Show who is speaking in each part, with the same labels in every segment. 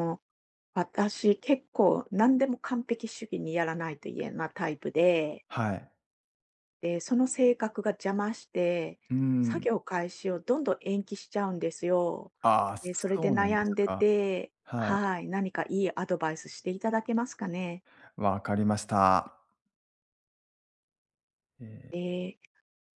Speaker 1: もう私、結構何でも完璧主義にやらないと嫌なタイプで、
Speaker 2: はい。
Speaker 1: で、その性格が邪魔して、
Speaker 2: うー
Speaker 1: 作
Speaker 2: ん。
Speaker 1: 業開始をどんどん延期しちゃうんですよ。
Speaker 2: ああ、
Speaker 1: で、それで
Speaker 2: そうなんで
Speaker 1: 悩
Speaker 2: す
Speaker 1: んで
Speaker 2: か。
Speaker 1: て、
Speaker 2: はい。
Speaker 1: はい、何かいいアドバイスしていただけますかね。
Speaker 2: わかりました。ええ、
Speaker 1: で、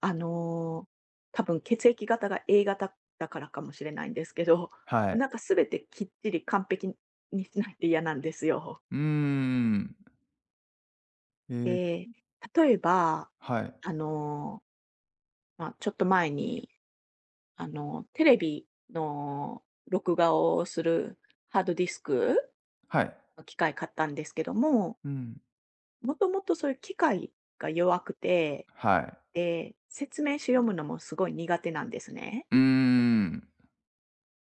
Speaker 1: あのー多分血液型が A 型だからかもしれないんですけど、
Speaker 2: はい。
Speaker 1: なんか全てきっちり完璧にしないと嫌なんですよ。
Speaker 2: うーん。ええ、
Speaker 1: で、例えば、
Speaker 2: はい。
Speaker 1: あのーまあ、ちょっと前に、テレビの録画をするハードディスク
Speaker 2: はい。
Speaker 1: の機械買ったんですけども、
Speaker 2: うん。
Speaker 1: もともとそういう機械が弱くて、
Speaker 2: はい。
Speaker 1: で、説明書読むのもすごい苦手なんですね。
Speaker 2: うーん。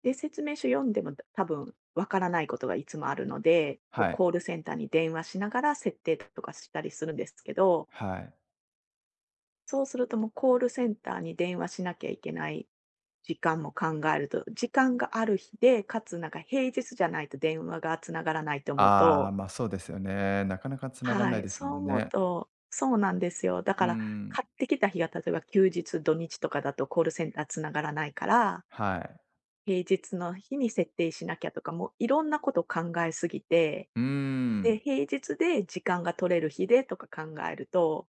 Speaker 1: で、説明書読んでも多分わからないことがいつもあるので、こう
Speaker 2: はい。
Speaker 1: コールセンターに電話しながら設定とかしたりするんですけど、
Speaker 2: はい。
Speaker 1: そうするともうコールセンターに電話しなきゃいけない時間も考えると、時間がある日で、かつなんか平日じゃないと電話が繋がらないと思う
Speaker 2: ああ、
Speaker 1: と。
Speaker 2: ま、そうですよね。なかなか繋がん
Speaker 1: は
Speaker 2: ない
Speaker 1: い、
Speaker 2: です
Speaker 1: そ
Speaker 2: も
Speaker 1: う
Speaker 2: ん
Speaker 1: 思う
Speaker 2: ね。
Speaker 1: とそうなんですよ。だ
Speaker 2: うー
Speaker 1: から
Speaker 2: ん。
Speaker 1: 買ってきた日が例えば休日、土日とかだとコールセンター繋がらないから、
Speaker 2: はい。
Speaker 1: 平日の日に設定しなきゃとか、もういろんなことを考えすぎて、
Speaker 2: うー
Speaker 1: で、
Speaker 2: ん。
Speaker 1: 平日で時間が取れる日でとか考えると、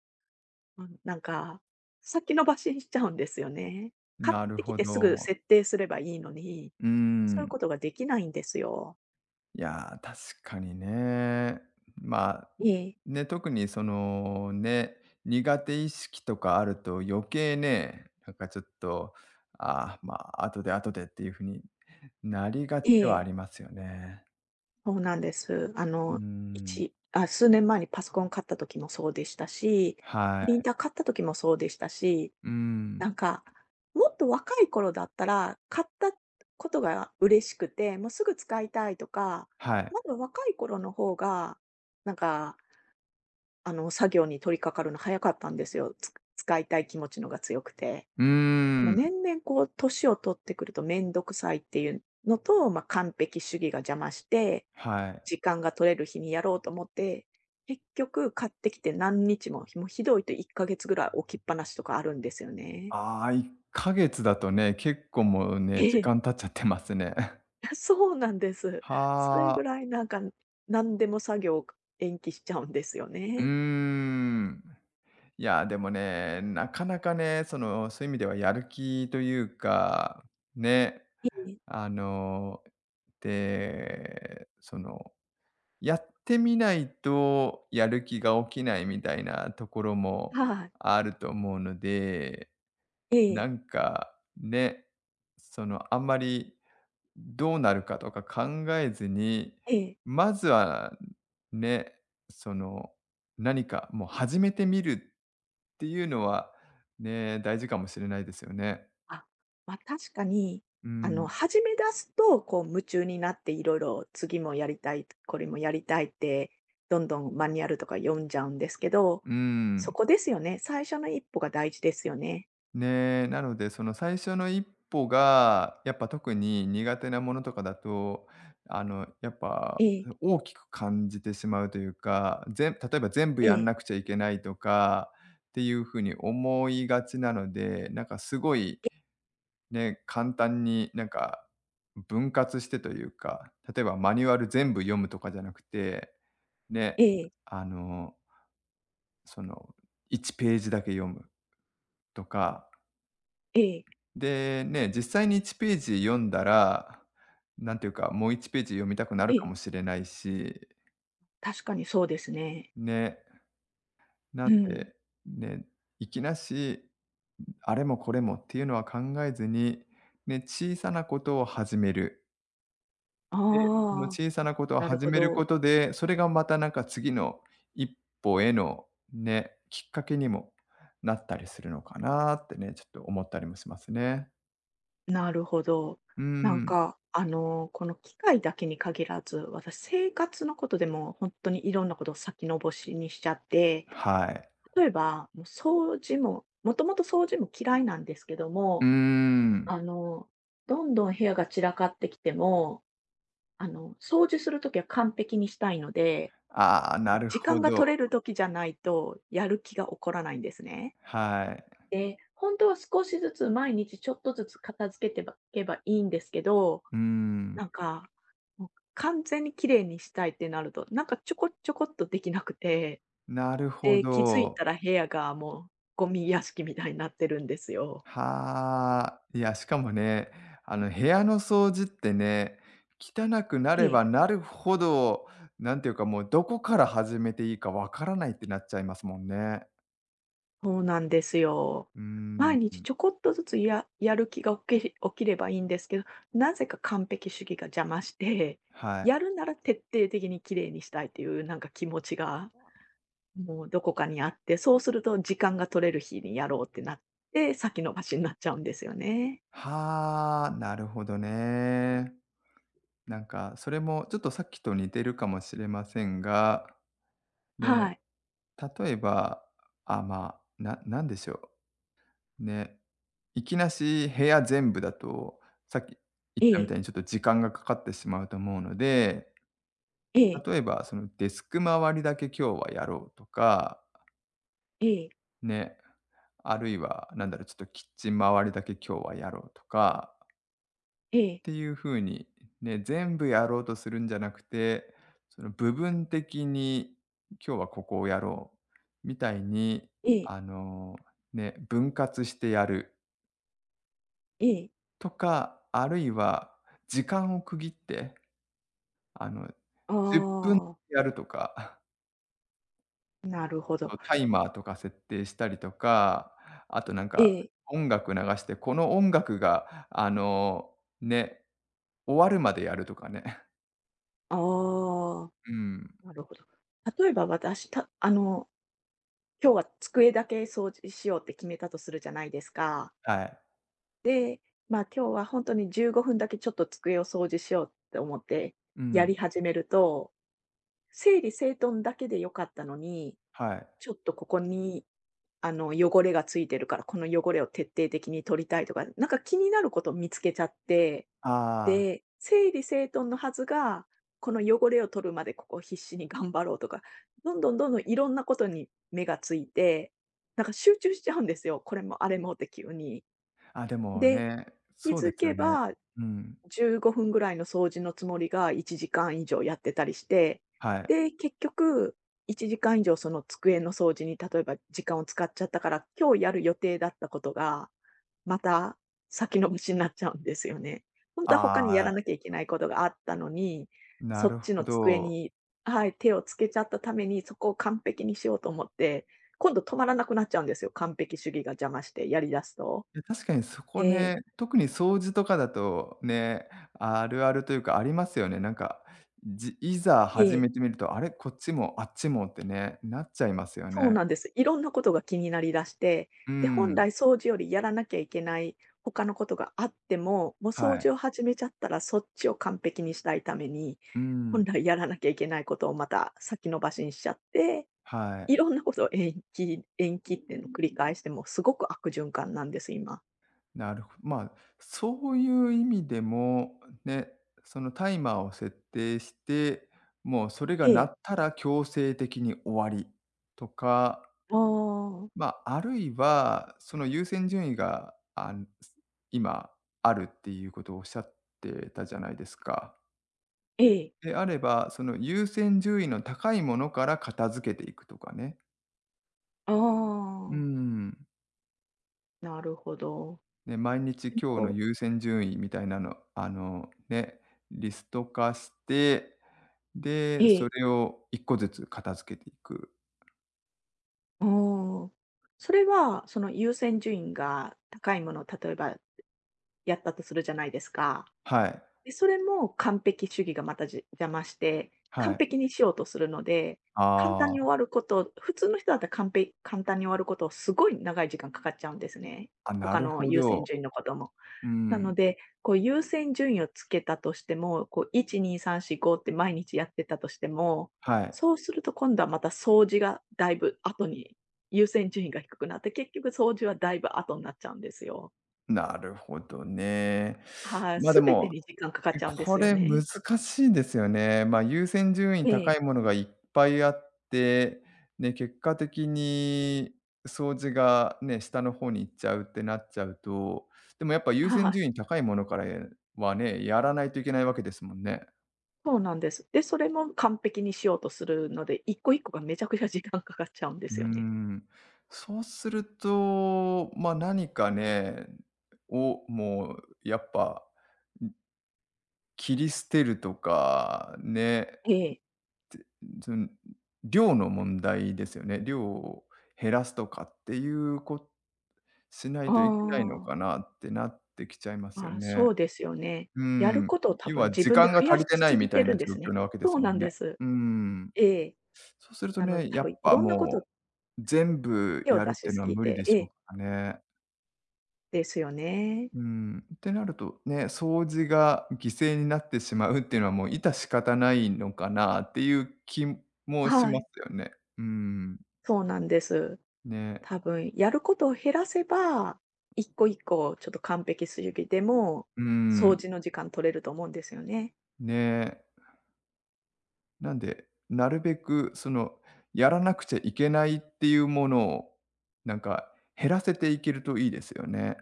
Speaker 1: うん、なんか、先延ばしにしちゃうんですよね。買っ
Speaker 2: なる
Speaker 1: てき
Speaker 2: ほ
Speaker 1: てすぐ
Speaker 2: ど。
Speaker 1: 設定すればいいのに、
Speaker 2: うー
Speaker 1: そういう
Speaker 2: ん。
Speaker 1: ことができないんですよ。
Speaker 2: いやー、確かにね。まあ、
Speaker 1: ええ、
Speaker 2: ね、特にそのね、苦手意識とかあると余計ね、なんかちょっと、ああ、まあ、後で後でっていう風になりがち
Speaker 1: え
Speaker 2: ではあ
Speaker 1: え、
Speaker 2: りますよね。
Speaker 1: そうなんです。
Speaker 2: うーん。
Speaker 1: 数年前にパソコン買った時もそうでしたし、
Speaker 2: は
Speaker 1: プリン
Speaker 2: い。
Speaker 1: ター買った時もそうでしたし、
Speaker 2: うーん。
Speaker 1: なんか、もっと若い頃だったら、買ったことが嬉しくて、もうすぐ使いたいとか、
Speaker 2: はい。
Speaker 1: まだ若い頃の方が、なんか作業に取り掛かるの早かったんですよ。使いたい気持ちのが強くて。
Speaker 2: うー
Speaker 1: でも
Speaker 2: ん。
Speaker 1: 年々こう年を取ってくるとめんどくさいっていうのと、まあ、完璧主義が邪魔して、
Speaker 2: はい。
Speaker 1: 時間が取れる日にやろうと思って、結局買ってきて何日も、もうひどいと1ヶ月ぐらい置きっぱなしとかあるんですよね。
Speaker 2: ああ、1ヶ月だとね、結構もうね、
Speaker 1: え
Speaker 2: 時
Speaker 1: え、
Speaker 2: 間経っちゃってますね。
Speaker 1: あ、そうなんです。それ
Speaker 2: は
Speaker 1: ぐ
Speaker 2: あ。
Speaker 1: らいなんか、何でも作業を延期しちゃうんですよ
Speaker 2: う
Speaker 1: ね。
Speaker 2: ーん。いや、でもね、なかなかね、その、そういう意味ではやる気というか、ね、
Speaker 1: ええ。
Speaker 2: あの、で、その、やってみないとやる気が起きないみたいなところも
Speaker 1: はい。
Speaker 2: あると思うので、
Speaker 1: え
Speaker 2: な
Speaker 1: え、
Speaker 2: んか、ね、その、あんまりどうなるかとか考えずに、
Speaker 1: ええ。
Speaker 2: まずはね、その、何かもう始めてみるっていうのはね、大事かもしれないですよね。
Speaker 1: あ、まあ、確かに、
Speaker 2: うん。
Speaker 1: 始め出すと、こう夢中になっていろいろ次もやりたい、これもやりたいって、どんどんマニュアルとか読んじゃうんですけど、
Speaker 2: う
Speaker 1: そ
Speaker 2: ん。
Speaker 1: こですよね。最初の一歩が大事ですよね。
Speaker 2: ね、なので、その最初の一歩が、やっぱ特に苦手なものとかだと、やっぱ
Speaker 1: ええ、
Speaker 2: 大きく感じてしまうというか、例えば全部
Speaker 1: え
Speaker 2: やん
Speaker 1: え、
Speaker 2: なくちゃいけないとかっていうふうに思いがちなので、なんかすごい
Speaker 1: ええ、
Speaker 2: ね、簡単になんか分割してというか、例えばマニュアル全部読むとかじゃなくて、ね、あの、その1ページだけ読むとか、
Speaker 1: ええ、
Speaker 2: で、ね、実際に1ページ読んだら、なんていうか、もう1ページ読みたくなる
Speaker 1: え
Speaker 2: かも
Speaker 1: え。
Speaker 2: しれないし、
Speaker 1: 確かにそうですね。
Speaker 2: ね、な
Speaker 1: う
Speaker 2: ん
Speaker 1: ん。
Speaker 2: で、ね、いきなし、あれもこれもっていうのは考えずに、ね、小さなことを始める。
Speaker 1: あ
Speaker 2: で、その
Speaker 1: あ、
Speaker 2: 小さなことを
Speaker 1: なる
Speaker 2: 始
Speaker 1: ほ
Speaker 2: めるこ
Speaker 1: ど。
Speaker 2: とで、それがまたなんか次の一歩へのね、きっかけにもなったりするのかなってね、ちょっと思ったりもしますね。
Speaker 1: なるほど。
Speaker 2: うー
Speaker 1: なん
Speaker 2: ん、
Speaker 1: か、この機械だけに限らず、私、生活のことでも本当にいろんなことを先延ばしにしちゃって、
Speaker 2: はい。
Speaker 1: 例えば、もう掃除ももともと掃除も嫌いなんですけど
Speaker 2: うー
Speaker 1: も、
Speaker 2: ん。
Speaker 1: あの、どんどん部屋が散らかってきても、掃除するときは完璧にしたいので、
Speaker 2: ああ、なる
Speaker 1: 時
Speaker 2: ほ
Speaker 1: 間が取
Speaker 2: ど。
Speaker 1: れるときじゃないと、やる気が起こらないんですね。
Speaker 2: はい。
Speaker 1: で、本当は少しずつ毎日ちょっとずつ片付けてばけばいいんですけど、
Speaker 2: うーん、
Speaker 1: なんか、もう完全に綺麗にしたいってなると、なんかちょこちょこっとできなくて、
Speaker 2: なるほ
Speaker 1: で、気づい
Speaker 2: ど。
Speaker 1: たら部屋がもうゴミ屋敷みたいになってるんですよ。
Speaker 2: はあ、いや、しかもね、部屋の掃除ってね、汚くな
Speaker 1: え
Speaker 2: れ
Speaker 1: え、
Speaker 2: ばなるほど、なんていうか、もうどこから始めていいかわからないってなっちゃいますもんね。
Speaker 1: そうなんですよ。
Speaker 2: うーん、ん、
Speaker 1: 毎日ちょこっとずつやる気が起きればいいんですけど、なぜか完璧主義が邪魔して、
Speaker 2: はい。
Speaker 1: やるなら徹底的に綺麗にしたいっていうなんか気持ちが、もうどこかにあって、そうすると時間が取れる日にやろうってなって、先延ばしになっちゃうんですよね。
Speaker 2: はあ、なるほどね。なんか、それもちょっとさっきと似てるかもしれませんが、ね、
Speaker 1: はい。
Speaker 2: 例えば、あ、まあ、なんでしょう。ね、いきなし部屋全部だと、さっき言っ
Speaker 1: え
Speaker 2: たみた
Speaker 1: え、
Speaker 2: いにちょっと時間がかかってしまうと思うので、
Speaker 1: ええ、
Speaker 2: 例えばそのデスク周りだけ今日はやろうとか、
Speaker 1: ええ、
Speaker 2: ね、あるいはなんだろう、ちょっとキッチン周りだけ今日はやろうとかっ
Speaker 1: ええ、
Speaker 2: ていう風に、ね、全部やろうとするんじゃなくて、その部分的に今日はここをやろうみたいに、
Speaker 1: ええ、
Speaker 2: あの、ね、分割してやる。
Speaker 1: ええ。
Speaker 2: とか、あるいは時間を区切って、あの、
Speaker 1: あ
Speaker 2: 10分やるとか、
Speaker 1: あ、なるほど。
Speaker 2: そう、タイマーとか設定したりとか、あとなん
Speaker 1: え
Speaker 2: か、
Speaker 1: え、
Speaker 2: 音楽流して、この音楽が、ね、終わるまでやるとかね。
Speaker 1: ああ、
Speaker 2: うん、
Speaker 1: なるほど。例えば私、たあの、今日は机だけ掃除しようって決めたとするじゃないですか。
Speaker 2: はい。
Speaker 1: で、まあ、今日は本当に15分だけちょっと机を掃除しようって思って
Speaker 2: う
Speaker 1: やり
Speaker 2: ん、
Speaker 1: 始めると、整理整頓だけで良かったのに、
Speaker 2: はい。
Speaker 1: ちょっとここに汚れがついてるから、この汚れを徹底的に取りたいとか、なんか気になることを見つけちゃって、
Speaker 2: あ
Speaker 1: で、整理整頓のはずが、この汚れを取るまでここを必死に頑張ろうとか、どんどんどんどんいろんなことに目がついて、なんか集中しちゃうんですよ。これもあれもって急に。
Speaker 2: あ、あ、でも
Speaker 1: で、
Speaker 2: ね、
Speaker 1: 気
Speaker 2: そうで
Speaker 1: づ
Speaker 2: すよ
Speaker 1: け
Speaker 2: ね。
Speaker 1: ば、
Speaker 2: うん、
Speaker 1: 15分ぐらいの掃除のつもりが1時間以上やってたりして、
Speaker 2: はい。
Speaker 1: で、結局1時間以上その机の掃除に例えば時間を使っちゃったから、今日やる予定だったことが、また先延ばしになっちゃうんですよね。本当は他にや
Speaker 2: あ
Speaker 1: ら
Speaker 2: あ、
Speaker 1: なきゃいけないことがあったのに、
Speaker 2: な
Speaker 1: そ
Speaker 2: る
Speaker 1: っち
Speaker 2: ほ
Speaker 1: の机
Speaker 2: ど。
Speaker 1: にはい、手をつけちゃったために、そこを完璧にしようと思って、今度止まらなくなっちゃうんですよ、完璧主義が邪魔してやり出すと。
Speaker 2: や、確かにそこ
Speaker 1: ええ。
Speaker 2: ね、特に掃除とかだとね、あるあるというかありますよね。なんか、いざ
Speaker 1: え
Speaker 2: 始めて
Speaker 1: え。
Speaker 2: みると、あれ、こっちもあっちもってね、なっちゃいますよ
Speaker 1: そう
Speaker 2: ね。
Speaker 1: なんです。いろんなことが気になりだして、
Speaker 2: う
Speaker 1: で、本
Speaker 2: ん、
Speaker 1: 来掃除よりやらなきゃいけない他のことがあっても、もう
Speaker 2: は
Speaker 1: 掃
Speaker 2: い。
Speaker 1: 除を始めちゃったらそっちを完璧にしたいために、
Speaker 2: う
Speaker 1: 本
Speaker 2: ん、
Speaker 1: 来やらなきゃいけないことをまた先延ばしにしちゃって、
Speaker 2: はい。
Speaker 1: いろんなことを延期延期っていうのを繰り返して、もうすごく悪循環なんです、今。
Speaker 2: なるほまあ、そういう意味でも、ね、そのタイマーを設定して、もうそれが
Speaker 1: え
Speaker 2: 鳴
Speaker 1: え。
Speaker 2: ったら強制的に終わりとか、
Speaker 1: ああ。
Speaker 2: まあ、あるいは、その優先順位が、あん、今あるっていうことをおっしゃってたじゃないですか。
Speaker 1: ええ。
Speaker 2: であれば、その優先順位の高いものから片付けていくとかね。
Speaker 1: あ
Speaker 2: う
Speaker 1: あ。
Speaker 2: ん。
Speaker 1: なるほど。
Speaker 2: ね、毎日
Speaker 1: で
Speaker 2: 今日の
Speaker 1: こう
Speaker 2: 優先順位みたいなの、ね、リスト化して、
Speaker 1: え
Speaker 2: で、そ
Speaker 1: え。
Speaker 2: れを一個ずつ片付けていく。
Speaker 1: ああ。それは、その優先順位が高いもの、例えばやったとするじゃないですか。
Speaker 2: はい、
Speaker 1: で、それも完璧主義がまた邪魔して、
Speaker 2: は
Speaker 1: 完
Speaker 2: い。
Speaker 1: 璧にしようとするので、簡単
Speaker 2: あ
Speaker 1: に
Speaker 2: あ、
Speaker 1: 終わること普通の人だったら完璧簡単に終わることをすごい長い時間かかっちゃうんですね。
Speaker 2: あ、な
Speaker 1: 他
Speaker 2: る
Speaker 1: の
Speaker 2: ほ
Speaker 1: 優先
Speaker 2: ど。
Speaker 1: 順位のことも。
Speaker 2: う
Speaker 1: なの
Speaker 2: ん、
Speaker 1: で、こう優先順位をつけたとしても、こう1、2、3、4、5って毎日やってたとしても、
Speaker 2: はい。
Speaker 1: そうすると今度はまた掃除がだいぶ後に優先順位が低くなって、結局掃除はだいぶ後になっちゃうんですよ。
Speaker 2: なるほどね。
Speaker 1: はい、
Speaker 2: ま、で
Speaker 1: 全
Speaker 2: も、
Speaker 1: てに時間かかっちゃうんで
Speaker 2: こ
Speaker 1: すよ
Speaker 2: れ難
Speaker 1: ね。
Speaker 2: しいですよね。ま、優先順位
Speaker 1: え
Speaker 2: 高
Speaker 1: え、
Speaker 2: いものがいっぱいあって、ね、結果的に掃除がね、下の方に行っちゃうってなっちゃうと、でもやっぱ優
Speaker 1: は
Speaker 2: 先
Speaker 1: い、
Speaker 2: 順位高いものからはね、やらないといけないわけですもんね。
Speaker 1: そうなんです。で、それも完璧にしようとするので、一個一個がめちゃくちゃ時間かかっちゃうんで
Speaker 2: うー
Speaker 1: すよね。
Speaker 2: ん。そうすると、ま、何かね、を、もうやっぱ、切り捨てるとか、ね。
Speaker 1: ええ、
Speaker 2: その、量の問題ですよね。量を減らすとかっていうこしない
Speaker 1: あ
Speaker 2: といけないの
Speaker 1: あ、
Speaker 2: かなってなってきちゃいますよ
Speaker 1: まあ、
Speaker 2: ね。
Speaker 1: そうですよね。
Speaker 2: う
Speaker 1: やる
Speaker 2: ん。
Speaker 1: ことを多
Speaker 2: 要
Speaker 1: 分
Speaker 2: は
Speaker 1: 自
Speaker 2: 時
Speaker 1: 分で
Speaker 2: 間が
Speaker 1: 増
Speaker 2: 足
Speaker 1: やし
Speaker 2: りてな
Speaker 1: す
Speaker 2: いみ
Speaker 1: ぎ
Speaker 2: た
Speaker 1: て
Speaker 2: い
Speaker 1: る
Speaker 2: な
Speaker 1: んで
Speaker 2: 状
Speaker 1: す
Speaker 2: 況
Speaker 1: ね。
Speaker 2: なわけで
Speaker 1: そ
Speaker 2: す
Speaker 1: う
Speaker 2: も
Speaker 1: な
Speaker 2: ん
Speaker 1: ん
Speaker 2: ね。
Speaker 1: です。
Speaker 2: うん。
Speaker 1: ええ、
Speaker 2: そうすると
Speaker 1: なので
Speaker 2: ね、
Speaker 1: 多
Speaker 2: や
Speaker 1: 分い
Speaker 2: っぱ
Speaker 1: ろんなこと
Speaker 2: もう、全部
Speaker 1: 手を
Speaker 2: やる
Speaker 1: 出
Speaker 2: っ
Speaker 1: し
Speaker 2: ていう
Speaker 1: す
Speaker 2: のは
Speaker 1: ぎ
Speaker 2: 無理
Speaker 1: て
Speaker 2: でしょうからね。
Speaker 1: ですよね。
Speaker 2: うん。ってなるとね、掃除が犠牲になってしまうっていうのはもう致し方ないのかなっていう気もし
Speaker 1: は
Speaker 2: ま
Speaker 1: い、
Speaker 2: すよね。うん。
Speaker 1: そうなんです。
Speaker 2: ね。
Speaker 1: 多分やることを減らせば、一個一個ちょっと完璧主義でも、
Speaker 2: うー
Speaker 1: 掃
Speaker 2: ん、
Speaker 1: 除の時間取れると思うんですよね。
Speaker 2: ねえ。なんで、なるべくその、やらなくちゃいけないっていうものを、なんか減らせていけるといいですよね。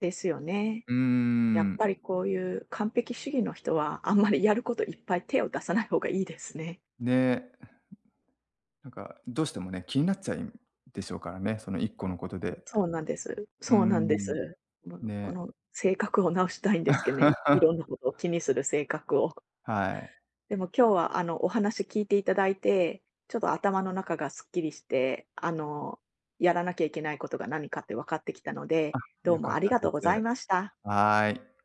Speaker 1: ですよね。
Speaker 2: うー
Speaker 1: やっ
Speaker 2: ん、
Speaker 1: ぱりこういう完璧主義の人は、あんまりやることいっぱい手を出さない方がいいですね。
Speaker 2: ね。なんかどうしてもね、気になっちゃいでしょうからね、その一個のことで。
Speaker 1: そうなんです。
Speaker 2: うー
Speaker 1: そうなんで
Speaker 2: ん、
Speaker 1: す。もうこ
Speaker 2: ね。
Speaker 1: の性格を直したいんですけどね、い ろんなことを気にする性格を。
Speaker 2: はい。
Speaker 1: でも今日はお話聞いていただいて、ちょっと頭の中がすっきりして、やらなきゃいけないことが何かって分かってきたので、どう
Speaker 2: 良か
Speaker 1: も
Speaker 2: っ
Speaker 1: あり
Speaker 2: た
Speaker 1: が
Speaker 2: で
Speaker 1: とうござ
Speaker 2: す。
Speaker 1: いました。
Speaker 2: はい。